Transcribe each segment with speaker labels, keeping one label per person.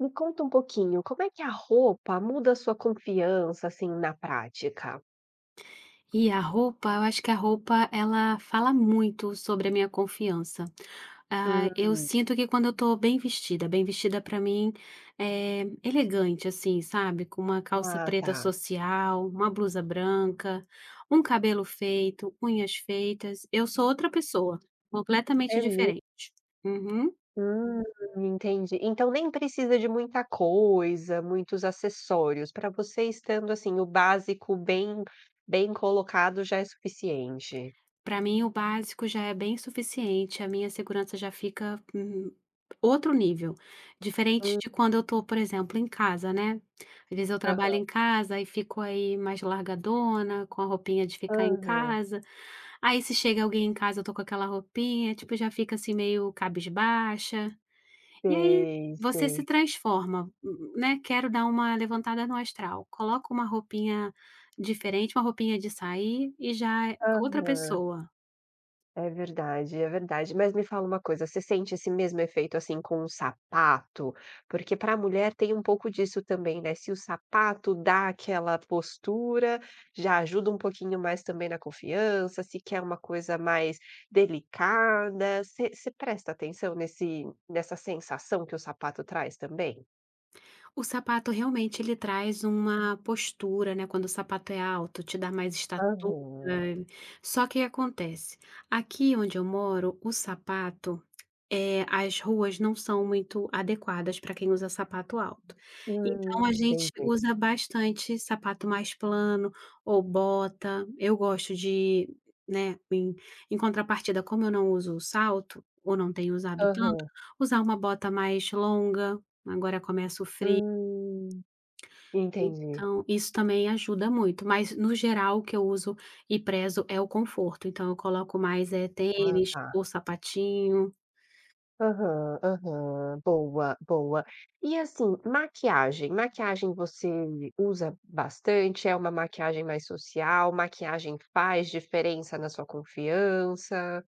Speaker 1: Me conta um pouquinho, como é que a roupa muda a sua confiança, assim, na prática?
Speaker 2: E a roupa, eu acho que a roupa ela fala muito sobre a minha confiança. Ah, eu
Speaker 1: Hum,
Speaker 2: sinto que quando eu tô bem vestida pra mim é elegante, assim, sabe? Com uma calça
Speaker 1: ah,
Speaker 2: preta
Speaker 1: tá.
Speaker 2: social, uma blusa branca, um cabelo feito, unhas feitas, eu sou outra pessoa,
Speaker 1: É
Speaker 2: completamente
Speaker 1: mesmo?
Speaker 2: diferente. Uhum.
Speaker 1: Hum, entendi. Então nem precisa de muita coisa, muitos acessórios, para você estando, assim, o básico bem colocado já é suficiente.
Speaker 2: Para mim, o básico já é bem suficiente, a minha segurança já fica, outro nível. Diferente
Speaker 1: Hum,
Speaker 2: de quando eu tô, por exemplo, em casa, né. Às vezes eu trabalho
Speaker 1: aham.
Speaker 2: em casa e fico aí mais largadona, com a roupinha de ficar em
Speaker 1: Aham.
Speaker 2: casa, aí se chega alguém em casa eu tô com aquela roupinha, tipo, já fica assim meio cabisbaixa. E aí
Speaker 1: Sei,
Speaker 2: você se
Speaker 1: sei.
Speaker 2: transforma, né, quero dar uma levantada no astral, coloca uma roupinha diferente, uma roupinha de sair e já é outra
Speaker 1: Aham.
Speaker 2: pessoa.
Speaker 1: É verdade, é verdade. Mas me fala uma coisa, você sente esse mesmo efeito, assim, com o sapato? Porque para a mulher tem um pouco disso também, né, se o sapato dá aquela postura, já ajuda um pouquinho mais também na confiança, se quer uma coisa mais delicada, você presta atenção nesse nessa sensação que o sapato traz também?
Speaker 2: O sapato realmente ele traz uma postura, né, quando o sapato é alto, te dá mais estatura.
Speaker 1: Aham.
Speaker 2: Só que o que acontece? Aqui onde eu moro, o sapato, as ruas não são muito adequadas para quem usa sapato alto. Então a gente
Speaker 1: Entendi.
Speaker 2: usa bastante sapato mais plano ou bota. Eu gosto de, né, em contrapartida, como eu não uso salto, ou não tenho usado tanto,
Speaker 1: Aham.
Speaker 2: usar uma bota mais longa. Agora começa o frio.
Speaker 1: Hum, entendi.
Speaker 2: Então, isso também ajuda muito, mas no geral o que eu uso e prezo é o conforto, então eu coloco mais, é
Speaker 1: Ah,
Speaker 2: tênis
Speaker 1: tá.
Speaker 2: ou sapatinho.
Speaker 1: Aham, aham. Boa, boa. E assim, maquiagem. Maquiagem você usa bastante? É uma maquiagem mais social? Maquiagem faz diferença na sua confiança?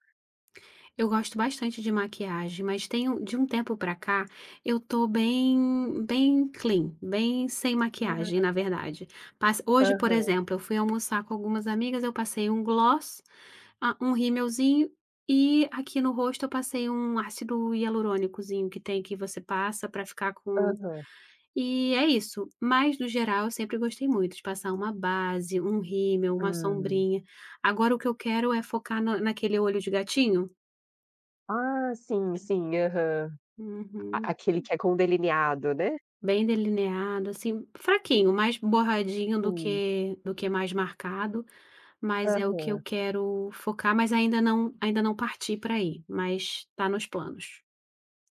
Speaker 2: Eu gosto bastante de maquiagem, mas tenho de um tempo pra cá, eu tô bem clean, bem sem maquiagem,
Speaker 1: Ah,
Speaker 2: na verdade. Passa hoje, por
Speaker 1: aham,
Speaker 2: exemplo, eu fui almoçar com algumas amigas, eu passei um gloss, ah, um rímelzinho e aqui no rosto eu passei um ácido hialurônicozinho que tem que você passa pra ficar com.
Speaker 1: aham.
Speaker 2: E é isso, mas no geral eu sempre gostei muito de passar uma base, um rímel, uma
Speaker 1: Hum.
Speaker 2: sombrinha. Agora o que eu quero é focar na naquele olho de gatinho.
Speaker 1: Ah, sim, sim, aham. A
Speaker 2: Uhum.
Speaker 1: aquele que é com delineado, né?
Speaker 2: Bem delineado, assim, fraquinho, mais borradinho do
Speaker 1: Sim.
Speaker 2: que do que mais marcado, mas é o que eu
Speaker 1: Aham.
Speaker 2: quero focar, mas ainda não parti para aí, mas tá nos planos.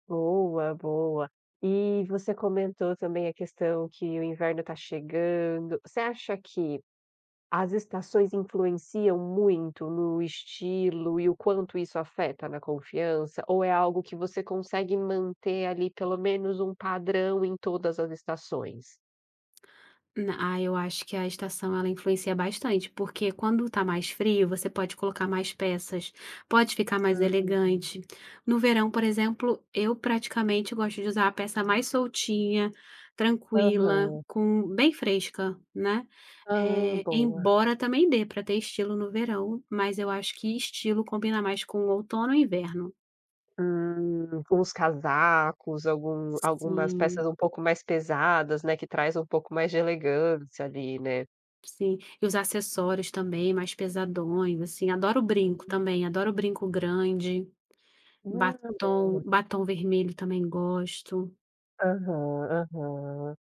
Speaker 1: Boa, boa. E você comentou também a questão que o inverno tá chegando. Você acha que as estações influenciam muito no estilo e o quanto isso afeta na confiança? Ou é algo que você consegue manter ali pelo menos um padrão em todas as estações?
Speaker 2: Eu acho que a estação ela influencia bastante, porque quando tá mais frio, você pode colocar mais peças, pode ficar mais
Speaker 1: Hum,
Speaker 2: elegante. No verão, por exemplo, eu praticamente gosto de usar a peça mais soltinha, tranquila,
Speaker 1: aham.
Speaker 2: com bem fresca, né.
Speaker 1: Ah, boa.
Speaker 2: Embora também dê para ter estilo no verão, mas eu acho que estilo combina mais com outono e inverno.
Speaker 1: Uns casacos, algumas peças
Speaker 2: Sim,
Speaker 1: um pouco mais pesadas, né, que traz um pouco mais de elegância ali, né?
Speaker 2: sim. E os acessórios também mais pesadões, assim, adoro brinco
Speaker 1: Hum,
Speaker 2: também, adoro brinco grande. Batom
Speaker 1: boa.
Speaker 2: batom vermelho também gosto.
Speaker 1: Aham, aham.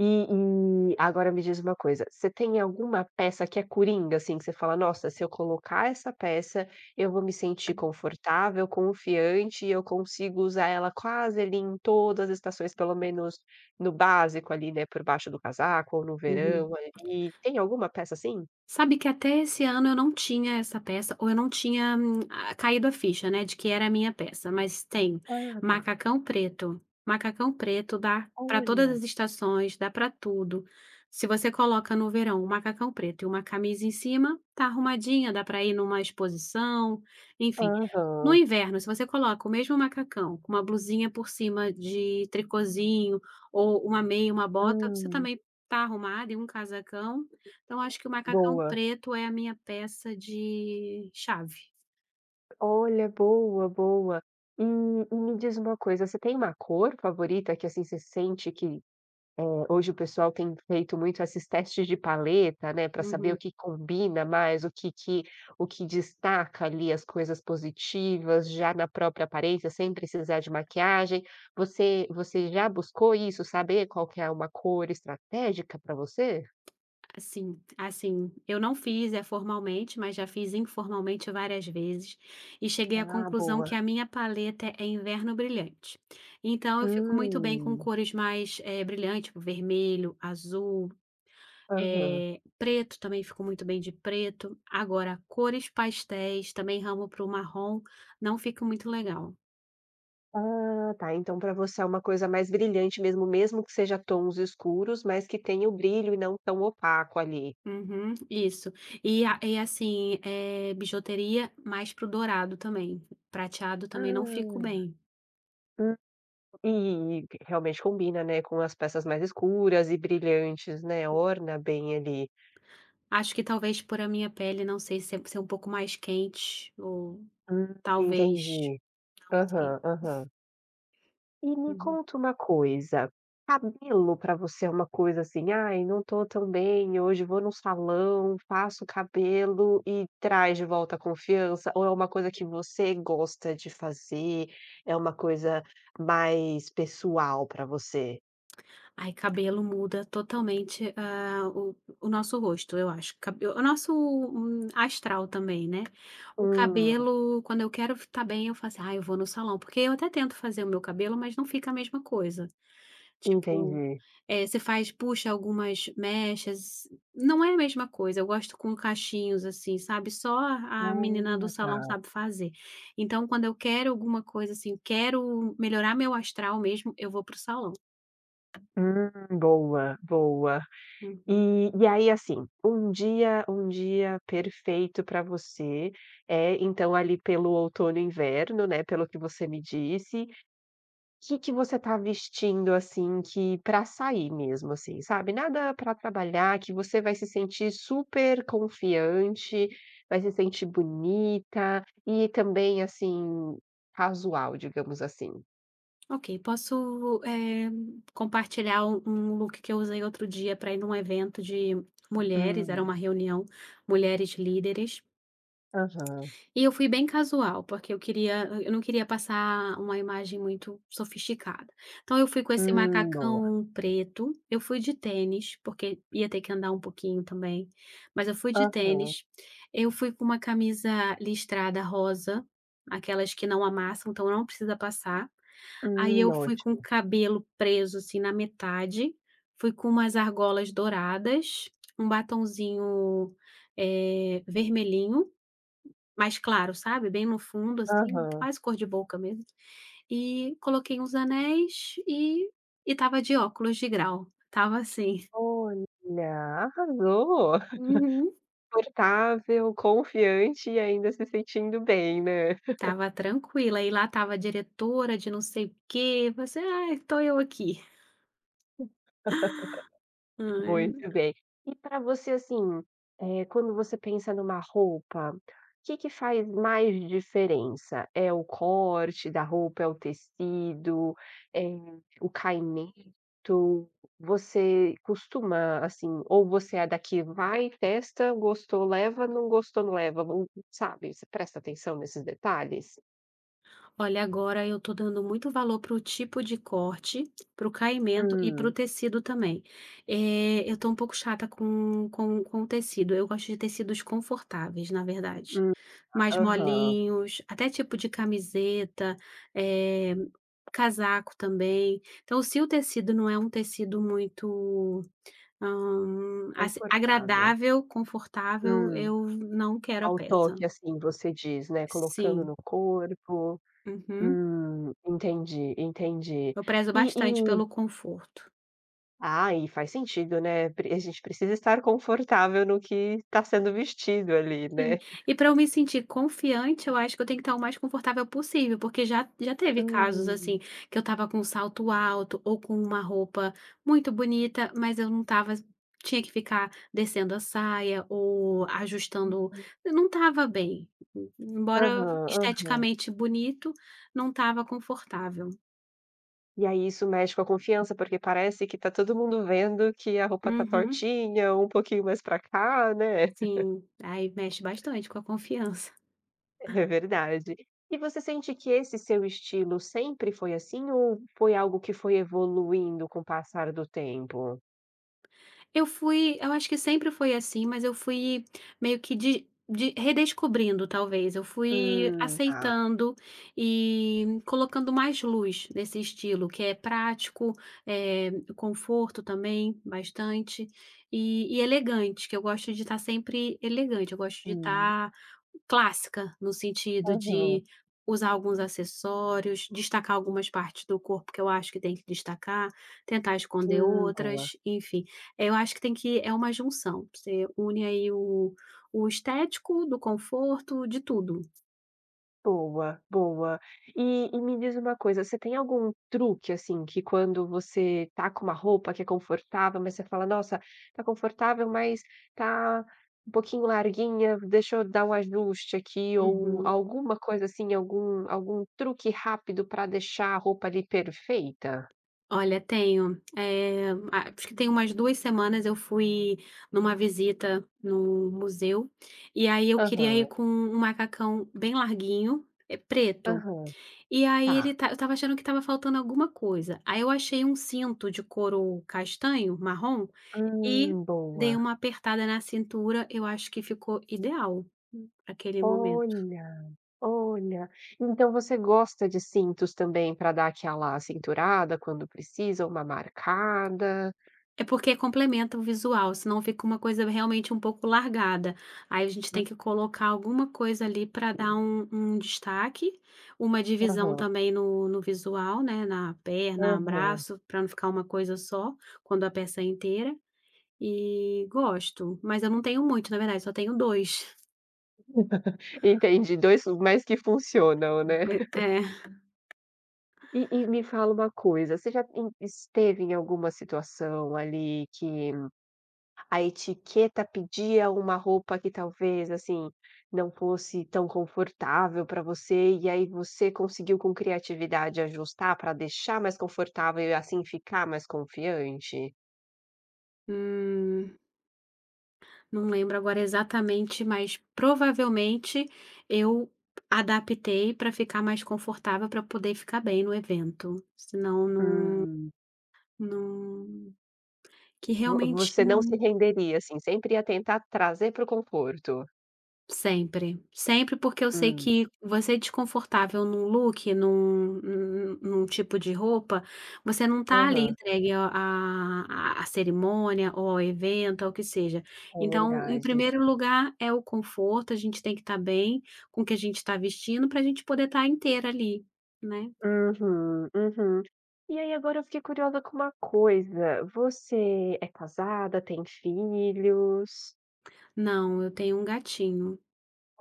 Speaker 1: E agora me diz uma coisa, você tem alguma peça que é coringa, assim, que você fala: "Nossa, se eu colocar essa peça, eu vou me sentir confortável, confiante e eu consigo usar ela quase ali em todas as estações, pelo menos no básico ali, né, por baixo do casaco ou no
Speaker 2: Uhum.
Speaker 1: verão ali". Tem alguma peça assim?
Speaker 2: Sabe que até esse ano eu não tinha essa peça, ou eu não tinha, caído a ficha, né, de que era a minha peça, mas tem
Speaker 1: Ah, tá.
Speaker 2: macacão preto. Macacão preto dá para todas
Speaker 1: Olha.
Speaker 2: as estações, dá para tudo. Se você coloca no verão um macacão preto e uma camisa em cima, tá arrumadinha, dá para ir numa exposição, enfim. No
Speaker 1: Aham.
Speaker 2: inverno, se você coloca o mesmo macacão com uma blusinha por cima de tricôzinho ou uma meia, uma bota, você
Speaker 1: Hum.
Speaker 2: também tá arrumada e um casacão, então acho que o macacão
Speaker 1: Boa.
Speaker 2: preto é a minha peça de chave.
Speaker 1: Olha, boa, boa. E me diz uma coisa, você tem uma cor favorita que, assim, você sente que hoje o pessoal tem feito muito esses testes de paleta, né, para saber o
Speaker 2: Uhum.
Speaker 1: que combina mais, o que destaca ali as coisas positivas, já na própria aparência, sem precisar de maquiagem. Você já buscou isso? Saber qual que é uma cor estratégica para você?
Speaker 2: Eu não fiz, é formalmente, mas já fiz informalmente várias vezes, e cheguei à
Speaker 1: Ah,
Speaker 2: conclusão
Speaker 1: boa.
Speaker 2: que a minha paleta é inverno brilhante. Então eu fico muito bem com
Speaker 1: Hum.
Speaker 2: cores mais, brilhantes, tipo vermelho, azul,
Speaker 1: Aham.
Speaker 2: preto também fico muito bem de preto. Agora, cores pastéis, também ramo para o marrom, não fica muito legal.
Speaker 1: Ah, tá, então para você é uma coisa mais brilhante mesmo, mesmo que seja tons escuros, mas que tenha o brilho e não tão opaco ali.
Speaker 2: Uhum, isso. E a e assim, é bijuteria mais pro dourado também. Prateado também não fico
Speaker 1: Ah.
Speaker 2: bem.
Speaker 1: E realmente combina, né, com as peças mais escuras e brilhantes, né, orna bem ali.
Speaker 2: Acho que talvez por a minha pele, não sei, ser um pouco mais quente ou talvez,
Speaker 1: Entendi.
Speaker 2: não sei.
Speaker 1: Aham, aham. E me
Speaker 2: Uhum.
Speaker 1: conta uma coisa, cabelo pra você é uma coisa assim: "Ai, não tô tão bem hoje, vou num salão, faço o cabelo e traz de volta a confiança", ou é uma coisa que você gosta de fazer, é uma coisa mais pessoal pra você?
Speaker 2: Ai, cabelo muda totalmente, ah, o nosso rosto, eu acho. Cabe o nosso, astral também, né. O
Speaker 1: Hum,
Speaker 2: cabelo, quando eu quero estar bem, eu faço. "Ah, eu vou no salão", porque eu até tento fazer o meu cabelo, mas não fica a mesma coisa. Tipo,
Speaker 1: entendi.
Speaker 2: você faz puxa algumas mechas, não é a mesma coisa. Eu gosto com cachinhos, assim, sabe, só a menina do
Speaker 1: Ah,
Speaker 2: salão
Speaker 1: tá.
Speaker 2: sabe fazer. Então, quando eu quero alguma coisa, assim, quero melhorar meu astral mesmo, eu vou para o salão.
Speaker 1: Hum, boa, boa.
Speaker 2: Uhum.
Speaker 1: E aí, assim, um dia perfeito para você é, então, ali pelo outono e inverno, né, pelo que você me disse. O que que você tá vestindo, assim, que para sair mesmo, assim, sabe, nada para trabalhar, que você vai se sentir super confiante, vai se sentir bonita e também, assim, casual, digamos assim?
Speaker 2: Ok, posso, compartilhar um look que eu usei outro dia para ir num evento de mulheres, era
Speaker 1: Hum,
Speaker 2: uma reunião, mulheres líderes,
Speaker 1: aham.
Speaker 2: e eu fui bem casual, porque eu não queria passar uma imagem muito sofisticada. Então eu fui com esse
Speaker 1: Boa.
Speaker 2: macacão preto, eu fui de tênis, porque ia ter que andar um pouquinho também, mas eu fui de
Speaker 1: Aham.
Speaker 2: tênis, eu fui com uma camisa listrada rosa, aquelas que não amassam, então não precisa passar. Aí eu fui com o
Speaker 1: Ótimo.
Speaker 2: cabelo preso, assim, na metade, fui com umas argolas douradas, um batonzinho, vermelhinho, mais claro, sabe, bem no fundo, assim,
Speaker 1: Aham.
Speaker 2: quase cor de boca mesmo, e coloquei uns anéis e estava de óculos de grau, estava assim.
Speaker 1: Olha, arrasou.
Speaker 2: Uhum.
Speaker 1: Confortável, confiante e ainda se sentindo bem, né?
Speaker 2: Estava tranquila, e lá estava a diretora de não sei o quê, você: "Ai, estou eu aqui". Ai.
Speaker 1: Muito bem. E para você, assim, quando você pensa numa roupa, o que que faz mais diferença? É o corte da roupa, é o tecido, é o caimento? Você costuma, assim, ou você é da que vai, testa, gostou, leva, não gostou, não leva, vo sabe, você presta atenção nesses detalhes?
Speaker 2: Olha, agora eu estou dando muito valor para o tipo de corte, para o caimento e para o
Speaker 1: Hum,
Speaker 2: tecido também. Eu estou um pouco chata com o tecido. Eu gosto de tecidos confortáveis, na verdade.
Speaker 1: hum,
Speaker 2: Mais
Speaker 1: aham,
Speaker 2: molinhos, até tipo de camiseta, eh, casaco também. Então, se o tecido não é um tecido muito, assim,
Speaker 1: confortável.
Speaker 2: agradável, confortável,
Speaker 1: Hum.
Speaker 2: eu não quero a
Speaker 1: Ao
Speaker 2: peça.
Speaker 1: toque, assim, você diz, né, colocando
Speaker 2: Sim.
Speaker 1: no corpo.
Speaker 2: Uhum.
Speaker 1: Entendi, entendi.
Speaker 2: Eu prezo
Speaker 1: E
Speaker 2: bastante
Speaker 1: e
Speaker 2: pelo conforto.
Speaker 1: e faz sentido, né, pre a gente precisa estar confortável no que está sendo vestido ali,
Speaker 2: Sim.
Speaker 1: né.
Speaker 2: E para eu me sentir confiante, eu acho que eu tenho que estar o mais confortável possível, porque já teve casos, assim,
Speaker 1: Hum.
Speaker 2: que eu estava com um salto alto ou com uma roupa muito bonita, mas eu não estava tinha que ficar descendo a saia ou ajustando eu não estava bem. Embora
Speaker 1: Aham, aham.
Speaker 2: esteticamente bonito, não estava confortável.
Speaker 1: E aí isso mexe com a confiança, porque parece que tá todo mundo vendo que a roupa tá
Speaker 2: Uhum,
Speaker 1: tortinha, um pouquinho mais pra cá, né.
Speaker 2: sim. Aí mexe bastante com a confiança.
Speaker 1: É verdade. E você sente que esse seu estilo sempre foi assim ou foi algo que foi evoluindo com o passar do tempo?
Speaker 2: Eu acho que sempre foi assim, mas eu fui meio que de redescobrindo, talvez. Eu fui
Speaker 1: Tá.
Speaker 2: aceitando e colocando mais luz nesse estilo, que é prático, conforto também, bastante, e elegante, que eu gosto de estar sempre elegante, eu gosto de
Speaker 1: Hum.
Speaker 2: estar clássica, no sentido
Speaker 1: Aham.
Speaker 2: de usar alguns acessórios, destacar algumas partes do corpo que eu acho que tem que destacar, tentar esconder
Speaker 1: Hum. Boa.
Speaker 2: outras, enfim. Eu acho que tem que é uma junção, você une aí o estético, do conforto, de tudo.
Speaker 1: Boa, boa. E me diz uma coisa, você tem algum truque, assim, que quando você tá com uma roupa que é confortável, mas você fala: "Nossa, tá confortável, mas tá um pouquinho larguinha, deixa eu dar um ajuste aqui", ou
Speaker 2: Uhum.
Speaker 1: alguma coisa assim, algum truque rápido para deixar a roupa ali perfeita?
Speaker 2: Olha, tenho, acho que tem umas 2 semanas eu fui numa visita no museu, e aí eu queria ir
Speaker 1: Aham,
Speaker 2: com um macacão bem larguinho, preto.
Speaker 1: aham,
Speaker 2: E aí ele
Speaker 1: tá.
Speaker 2: tá eu estava achando que estava faltando alguma coisa, aí eu achei um cinto de couro castanho, marrom, e dei
Speaker 1: Boa.
Speaker 2: uma apertada na cintura, eu acho que ficou ideal, pra aquele momento.
Speaker 1: Olha. Olha, então você gosta de cintos também para dar aquela cinturada quando precisa, uma marcada.
Speaker 2: É porque complementa o visual, senão fica uma coisa realmente um pouco largada, aí a gente tem que colocar alguma coisa ali para dar um destaque, uma divisão
Speaker 1: Aham,
Speaker 2: também no visual, né, na perna,
Speaker 1: aham.
Speaker 2: braço, para não ficar uma coisa só, quando a peça é inteira. E gosto, mas eu não tenho muito, na verdade, só tenho dois.
Speaker 1: Entendi, dois, mais que funcionam, né.
Speaker 2: É,
Speaker 1: E me fala uma coisa, você já esteve em alguma situação ali que a etiqueta pedia uma roupa que talvez, assim, não fosse tão confortável para você, e aí você conseguiu com criatividade ajustar para deixar mais confortável e assim ficar mais confiante?
Speaker 2: hum, não lembro agora exatamente, mas provavelmente eu adaptei para ficar mais confortável para poder ficar bem no evento, senão não,
Speaker 1: Hum,
Speaker 2: não, que
Speaker 1: vo
Speaker 2: realmente
Speaker 1: você não se
Speaker 2: não.
Speaker 1: renderia, assim, sempre ia tentar trazer para o conforto.
Speaker 2: Sempre, sempre, porque eu sei
Speaker 1: Hum,
Speaker 2: que você é desconfortável num look, num tipo de roupa, você não tá ali
Speaker 1: aham,
Speaker 2: entregue a à cerimônia ou ao evento, ao que seja.
Speaker 1: é
Speaker 2: Então, em
Speaker 1: verdade.
Speaker 2: primeiro lugar, é o conforto, a gente tem que estar bem com o que a gente está vestindo para a gente poder estar inteira ali, né.
Speaker 1: Uhum, uhum. E aí agora eu fiquei curiosa com uma coisa, você é casada, tem filhos?
Speaker 2: Não, eu tenho um gatinho.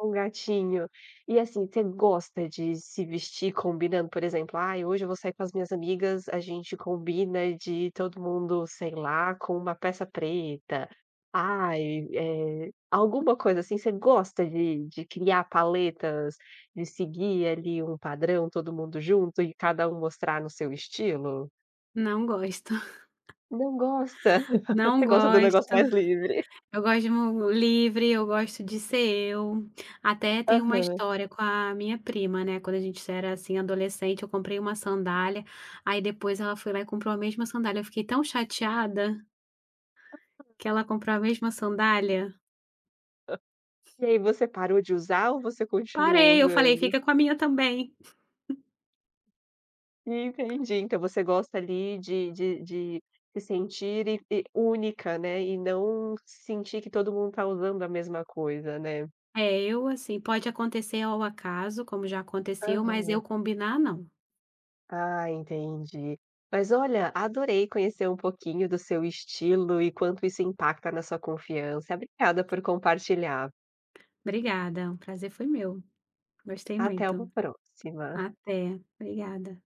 Speaker 1: Um gatinho. E assim, você gosta de se vestir combinando, por exemplo: "Ai, hoje eu vou sair com as minhas amigas, a gente combina de todo mundo, sei lá, com uma peça preta". Ai, alguma coisa assim, você gosta de criar paletas, de seguir ali um padrão, todo mundo junto e cada um mostrar no seu estilo?
Speaker 2: Não gosto,
Speaker 1: Não gosta?
Speaker 2: não
Speaker 1: Você gosta do negócio
Speaker 2: gosto.
Speaker 1: mais livre.
Speaker 2: Eu gosto de mu livre, eu gosto de ser eu. Até tem uma
Speaker 1: Aham.
Speaker 2: história com a minha prima, né, quando a gente era, assim, adolescente, eu comprei uma sandália, aí depois ela foi lá e comprou a mesma sandália. Eu fiquei tão chateada que ela comprou a mesma sandália.
Speaker 1: E aí você parou de usar ou você
Speaker 2: Parei,
Speaker 1: continuou
Speaker 2: eu falei:
Speaker 1: usando?
Speaker 2: "Fica com a minha também".
Speaker 1: Entendi. Então você gosta ali de se sentir e única, né, e não sentir que todo mundo está usando a mesma coisa, né.
Speaker 2: É, eu, assim, pode acontecer ao acaso, como já aconteceu, mas eu
Speaker 1: Aham.
Speaker 2: combinar, não.
Speaker 1: Ah, entendi. Mas olha, adorei conhecer um pouquinho do seu estilo e quanto isso impacta na sua confiança. Obrigada por compartilhar.
Speaker 2: Obrigada, o prazer foi meu. Gostei
Speaker 1: Até uma
Speaker 2: muito.
Speaker 1: próxima.
Speaker 2: Até. Obrigada.